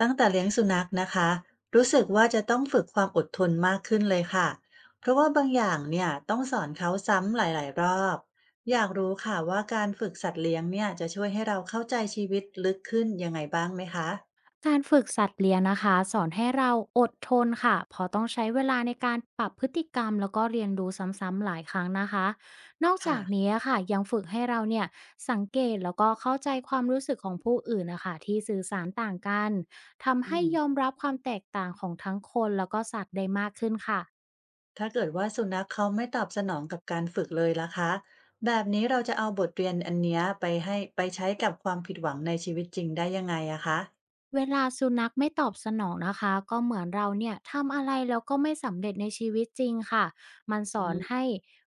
ตั้งแต่เลี้ยงสุนัขนะคะรู้สึกว่าจะต้องฝึกความอดทนมากขึ้นเลยค่ะเพราะว่าบางอย่างเนี่ยต้องสอนเขาซ้ำหลายๆ รอบอยากรู้ค่ะว่าการฝึกสัตว์เลี้ยงเนี่ยจะช่วยให้เราเข้าใจชีวิตลึกขึ้นยังไงบ้างไหมคะการฝึกสัตว์เลี้ยงนะคะสอนให้เราอดทนค่ะเพราะต้องใช้เวลาในการปรับพฤติกรรมแล้วก็เรียนรู้ซ้ำๆหลายครั้งนะคะนอกค่ะจากนี้ค่ะยังฝึกให้เราเนี่ยสังเกตแล้วก็เข้าใจความรู้สึกของผู้อื่นนะคะที่สื่อสารต่างกันทำอืให้มยอมรับความแตกต่างของทั้งคนแล้วก็สัตว์ได้มากขึ้นค่ะ ถ้าเกิดว่าสุนัขเขาไม่ตอบสนองกับการฝึกเลยล่ะคะแบบนี้เราจะเอาบทเรียนอันเนี้ยไปให้ไปใช้กับความผิดหวังในชีวิตจริงได้ยังไงอะคะ เวลาสุนัขไม่ตอบสนองนะคะก็เหมือนเราเนี่ยทำอะไรแล้วก็ไม่สำเร็จในชีวิตจริงค่ะมันสอนให้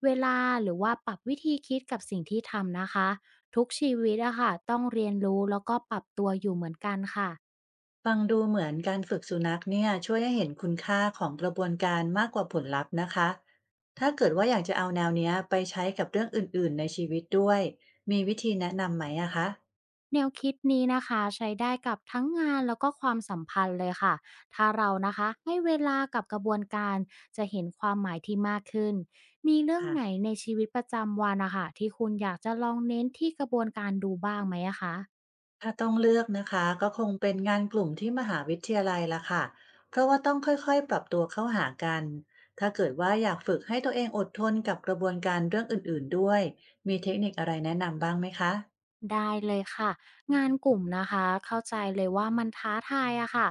เวลาหรือว่าปรับวิธีคิดกับสิ่งที่ทำนะคะทุกชีวิตอะค่ะต้องเรียนรู้แล้วก็ปรับตัวอยู่เหมือนกันค่ะ ฟังดูเหมือนการฝึกสุนัขเนี่ยช่วยให้เห็นคุณค่าของกระบวนการมากกว่าผลลัพธ์นะคะถ้าเกิดว่าอยากจะเอาแนวเนี้ยไปใช้กับเรื่องอื่นๆในชีวิตด้วยมีวิธีแนะนำไหมอะคะแนวคิดนี้นะคะใช้ได้กับทั้งงานแล้วก็ความสัมพันธ์เลยค่ะถ้าเรานะคะให้เวลากับกระบวนการจะเห็นความหมายที่มากขึ้นมีเรื่องไหนค่ะในชีวิตประจำวันนะคะที่คุณอยากจะลองเน้นที่กระบวนการดูบ้างไหมอะคะ ถ้าต้องเลือกนะคะก็คงเป็นงานกลุ่มที่มหาวิทยาลัยละค่ะเพราะว่าต้องค่อยๆปรับตัวเข้าหากันถ้าเกิดว่าอยากฝึกให้ตัวเองอดทนกับกระบวนการเรื่องอื่นๆด้วยมีเทคนิคอะไรแนะนำบ้างไหมคะได้เลยค่ะงานกลุ่มนะคะเข้าใจเลยว่ามันท้าทายอะค่ะ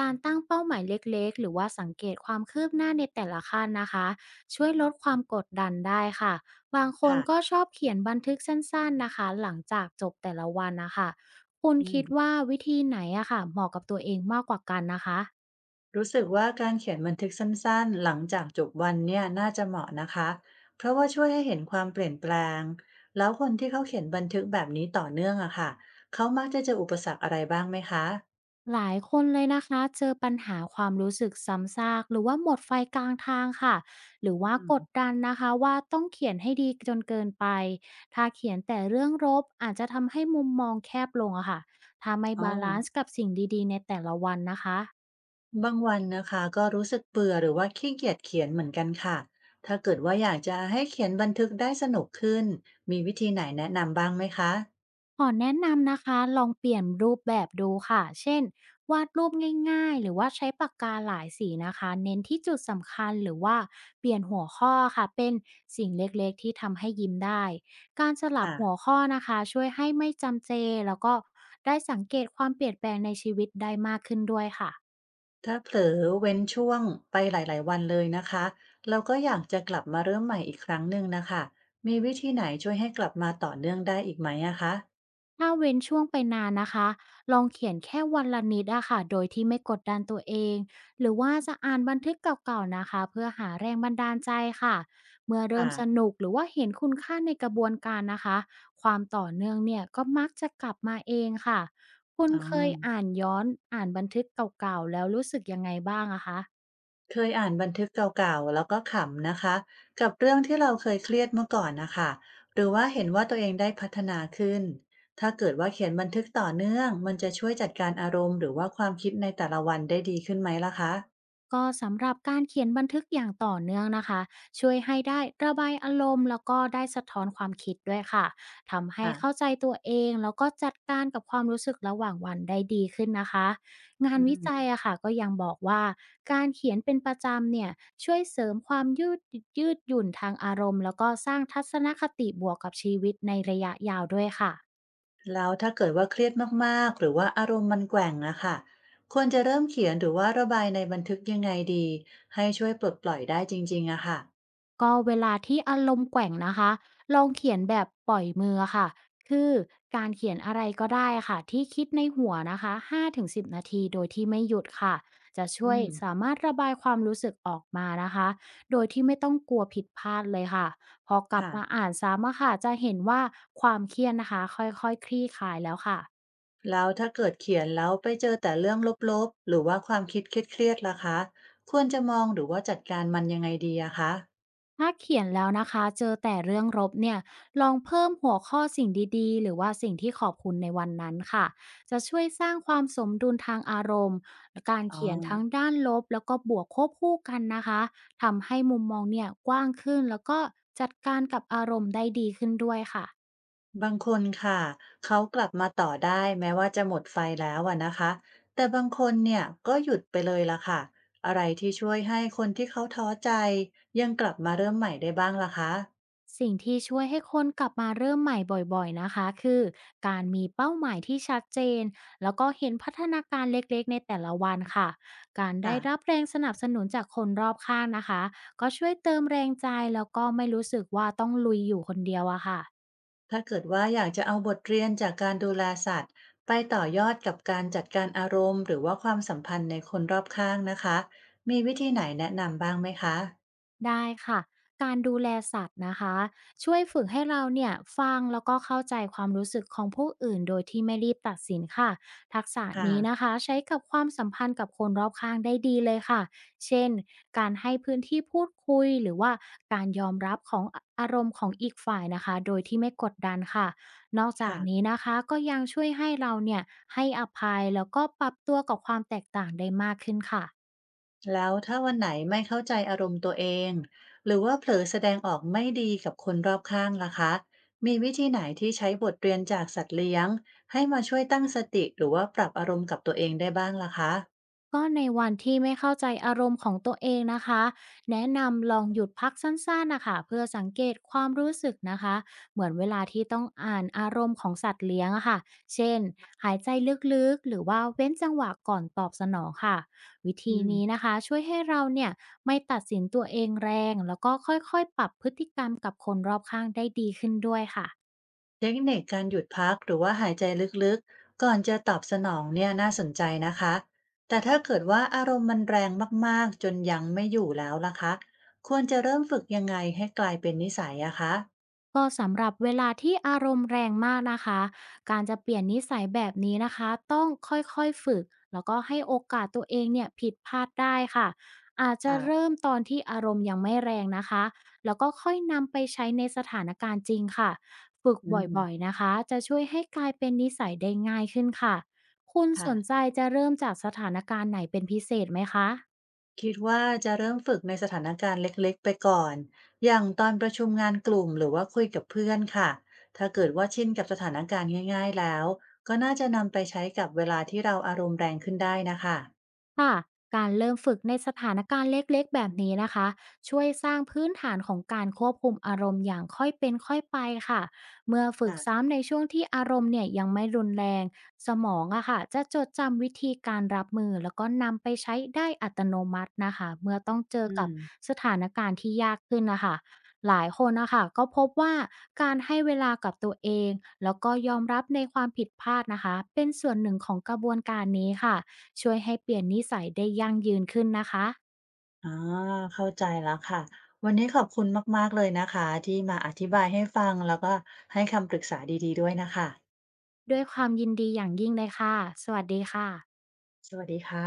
การตั้งเป้าหมายเล็กๆหรือว่าสังเกตความคืบหน้าในแต่ละขั้นนะคะช่วยลดความกดดันได้ค่ะบางคนค่ะก็ชอบเขียนบันทึกสั้นๆนะคะหลังจากจบแต่ละวันนะคะคุณอืม คิดว่าวิธีไหนอะค่ะเหมาะกับตัวเองมากกว่ากันนะคะ รู้สึกว่าการเขียนบันทึกสั้นๆหลังจากจบวันเนี่ยน่าจะเหมาะนะคะเพราะว่าช่วยให้เห็นความเปลี่ยนแปลงแล้วคนที่เขาเขียนบันทึกแบบนี้ต่อเนื่องอะค่ะเขามักจะเจออุปสรรคอะไรบ้างไหมคะหลายคนเลยนะคะเจอปัญหาความรู้สึกซ้ำซากหรือว่าหมดไฟกลางทางค่ะหรือว่าอืกดมดันนะคะว่าต้องเขียนให้ดีจนเกินไปถ้าเขียนแต่เรื่องลบอาจจะทำให้มุมมองแคบลงอะค่ะถ้าไม่อ๋อบาลานซ์กับสิ่งดีๆในแต่ละวันนะคะ บางวันนะคะก็รู้สึกเบื่อหรือว่าขี้เกียจเขียนเหมือนกันค่ะถ้าเกิดว่าอยากจะให้เขียนบันทึกได้สนุกขึ้นมีวิธีไหนแนะนำบ้างไหมคะขอแนะนำนะคะลองเปลี่ยนรูปแบบดูค่ะเช่นวาดรูปง่ายๆหรือว่าใช้ปากกาหลายสีนะคะเน้นที่จุดสำคัญหรือว่าเปลี่ยนหัวข้อค่ะเป็นสิ่งเล็กๆที่ทำให้ยิ้มได้การสลับอ่ะ หัวข้อนะคะช่วยให้ไม่จำเจแล้วก็ได้สังเกตความเปลี่ยนแปลงในชีวิตได้มากขึ้นด้วยค่ะ ถ้าเผลอเว้นช่วงไปหลายๆวันเลยนะคะเราก็อยากจะกลับมาเริ่มใหม่อีกครั้งหนึ่งนะคะมีวิธีไหนช่วยให้กลับมาต่อเนื่องได้อีกไหมอะคะถ้าเว้นช่วงไปนานนะคะ ลองเขียนแค่วันละนิดอะค่ะ โดยที่ไม่กดดันตัวเอง หรือว่าจะอ่านบันทึกเก่าๆนะคะเพื่อหาแรงบันดาลใจค่ะ เมื่อเริ่ค่ะมสนุกหรือว่าเห็นคุณค่าในกระบวนการนะคะความต่อเนื่องเนี่ยก็มักจะกลับมาเองค่ะคุณอ๋อเคยอ่านย้อนอ่านบันทึกเก่าๆแล้วรู้สึกยังไงบ้างอะคะ เคยอ่านบันทึกเก่าๆแล้วก็ขำนะคะกับเรื่องที่เราเคยเครียดเมื่อก่อนนะคะหรือว่าเห็นว่าตัวเองได้พัฒนาขึ้นถ้าเกิดว่าเขียนบันทึกต่อเนื่องมันจะช่วยจัดการอารมณ์หรือว่าความคิดในแต่ละวันได้ดีขึ้นไหมล่ะคะก็สำหรับการเขียนบันทึกอย่างต่อเนื่องนะคะช่วยให้ได้ระบายอารมณ์แล้วก็ได้สะท้อนความคิดด้วยค่ะทำให้เข้าค่ะใจตัวเองแล้วก็จัดการกับความรู้สึกระหว่างวันได้ดีขึ้นนะคะงาอืนวิจัยม อะค่ะก็ยังบอกว่าการเขียนเป็นประจำเนี่ยช่วยเสริมความยืดหยุ่นทางอารมณ์แล้วก็สร้างทัศนคติบวกกับชีวิตในระยะยาวด้วยค่ะ แล้วถ้าเกิดว่าเครียดมากๆหรือว่าอารมณ์มันแกว่งอะค่ะควรจะเริ่มเขียนหรือว่าระบายในบันทึกยังไงดีให้ช่วยปลดปล่อยได้จริงๆอะค่ะก็เวลาที่อารมณ์แกว่งนะคะลองเขียนแบบปล่อยมือค่ะคือการเขียนอะไรก็ได้ค่ะที่คิดในหัวนะคะ5-10นาทีโดยที่ไม่หยุดค่ะจะช่อืวยมสามารถระบายความรู้สึกออกมานะคะโดยที่ไม่ต้องกลัวผิดพลาดเลยค่ะพอกลับมาค่ะอ่านซ้ำอะค่ะจะเห็นว่าความเครียดนะคะค่อยๆคคลี่คลายแล้วค่ะ แล้วถ้าเกิดเขียนแล้วไปเจอแต่เรื่องลบๆหรือว่าความคิดเครียดๆล่ะคะควรจะมองหรือว่าจัดการมันยังไงดีอะคะถ้าเขียนแล้วนะคะเจอแต่เรื่องลบเนี่ยลองเพิ่มหัวข้อสิ่งดีๆหรือว่าสิ่งที่ขอบคุณในวันนั้นค่ะจะช่วยสร้างความสมดุลทางอารมณ์การอ๋อ เขียนทั้งด้านลบแล้วก็บวกควบคู่กันนะคะทำให้มุมมองเนี่ยกว้างขึ้นแล้วก็จัดการกับอารมณ์ได้ดีขึ้นด้วยค่ะ บางคนค่ะเขากลับมาต่อได้แม้ว่าจะหมดไฟแล้วอะนะคะแต่บางคนเนี่ยก็หยุดไปเลยละค่ะอะไรที่ช่วยให้คนที่เขาท้อใจยังกลับมาเริ่มใหม่ได้บ้างล่ะคะสิ่งที่ช่วยให้คนกลับมาเริ่มใหม่บ่อยๆนะคะคือการมีเป้าหมายที่ชัดเจนแล้วก็เห็นพัฒนาการเล็กๆในแต่ละวันค่ะการได้ค่ะรับแรงสนับสนุนจากคนรอบข้างนะคะก็ช่วยเติมแรงใจแล้วก็ไม่รู้สึกว่าต้องลุยอยู่คนเดียวอะค่ะ ถ้าเกิดว่าอยากจะเอาบทเรียนจากการดูแลสัตว์ไปต่อยอดกับการจัดการอารมณ์หรือว่าความสัมพันธ์ในคนรอบข้างนะคะมีวิธีไหนแนะนำบ้างไหมคะได้ค่ะการดูแลสัตว์นะคะช่วยฝึกให้เราเนี่ยฟังแล้วก็เข้าใจความรู้สึกของผู้อื่นโดยที่ไม่รีบตัดสินค่ะทักษะค่ะนี้นะคะใช้กับความสัมพันธ์กับคนรอบข้างได้ดีเลยค่ะเช่นการให้พื้นที่พูดคุยหรือว่าการยอมรับของอารมณ์ของอีกฝ่ายนะคะโดยที่ไม่กดดันค่ะนอกจากค่ะ นี้นะคะก็ยังช่วยให้เราเนี่ยให้อภัยแล้วก็ปรับตัวกับความแตกต่างได้มากขึ้นค่ะ แล้วถ้าวันไหนไม่เข้าใจอารมณ์ตัวเองหรือว่าเผลอแสดงออกไม่ดีกับคนรอบข้างล่ะคะมีวิธีไหนที่ใช้บทเรียนจากสัตว์เลี้ยงให้มาช่วยตั้งสติหรือว่าปรับอารมณ์กับตัวเองได้บ้างล่ะคะก็ในวันที่ไม่เข้าใจอารมณ์ของตัวเองนะคะ แนะนำลองหยุดพักสั้นๆนะคะเพื่อสังเกตความรู้สึกนะคะเหมือนเวลาที่ต้องอ่านอารมณ์ของสัตว์เลี้ยงอะค่ะเช่นหายใจลึกๆหรือว่าเว้นจังหวะก่อนตอบสนองค่ะ วิอืธีมนี้นะคะช่วยให้เราเนี่ยไม่ตัดสินตัวเองแรงแล้วก็ค่อยๆ ปรับพฤติกรรมกับคนรอบข้างได้ดีขึ้นด้วยค่ะ เทคนิคการหยุดพักหรือว่าหายใจลึกๆก่อนจะตอบสนองเนี่ยน่าสนใจนะคะแต่ถ้าเกิดว่าอารมณ์มันแรงมากๆจนยังไม่อยู่แล้วล่ะคะควรจะเริ่มฝึกยังไงให้กลายเป็นนิสัยอะคะก็สำหรับเวลาที่อารมณ์แรงมากนะคะการจะเปลี่ยนนิสัยแบบนี้นะคะต้องค่อยๆฝึกแล้วก็ให้โอกาสตัวเองเนี่ยผิดพลาดได้ค่ะอาจจะเริ่ค่ะมตอนที่อารมณ์ยังไม่แรงนะคะแล้วก็ค่อยนำไปใช้ในสถานการณ์จริงค่ะฝึกอืบม่อยๆนะคะจะช่วยให้กลายเป็นนิสัยได้ง่ายขึ้นค่ะคุณค่ะ สนใจจะเริ่มจากสถานการณ์ไหนเป็นพิเศษไหมคะ คิดว่าจะเริ่มฝึกในสถานการณ์เล็กๆไปก่อน อย่างตอนประชุมงานกลุ่มหรือว่าคุยกับเพื่อนค่ะถ้าเกิดว่าชินกับสถานการณ์ง่ายๆแล้วก็น่าจะนำไปใช้กับเวลาที่เราอารมณ์แรงขึ้นได้นะคะค่ะการเริ่มฝึกในสถานการณ์เล็กๆแบบนี้นะคะช่วยสร้างพื้นฐานของการควบคุมอารมณ์อย่างค่อยเป็นค่อยไปค่ะเมื่อฝึกค่ะซ้ำในช่วงที่อารมณ์เนี่ยยังไม่รุนแรงสมองอะค่ะจะจดจำวิธีการรับมือแล้วก็นำไปใช้ได้อัตโนมัตินะคะเมื่อต้องเจออืกับมสถานการณ์ที่ยากขึ้นนะคะหลายคนนะคะก็พบว่าการให้เวลากับตัวเองแล้วก็ยอมรับในความผิดพลาดนะคะเป็นส่วนหนึ่งของกระบวนการนี้ค่ะ ช่วยให้เปลี่ยนนิสัยได้ยั่งยืนขึ้นนะคะอ๋อเข้าใจแล้วค่ะวันนี้ขอบคุณมากๆเลยนะคะที่มาอธิบายให้ฟังแล้วก็ให้คำปรึกษาดีๆด้วยนะคะด้วยความยินดีอย่างยิ่งเลยค่ะสวัสดีค่ะสวัสดีค่ะ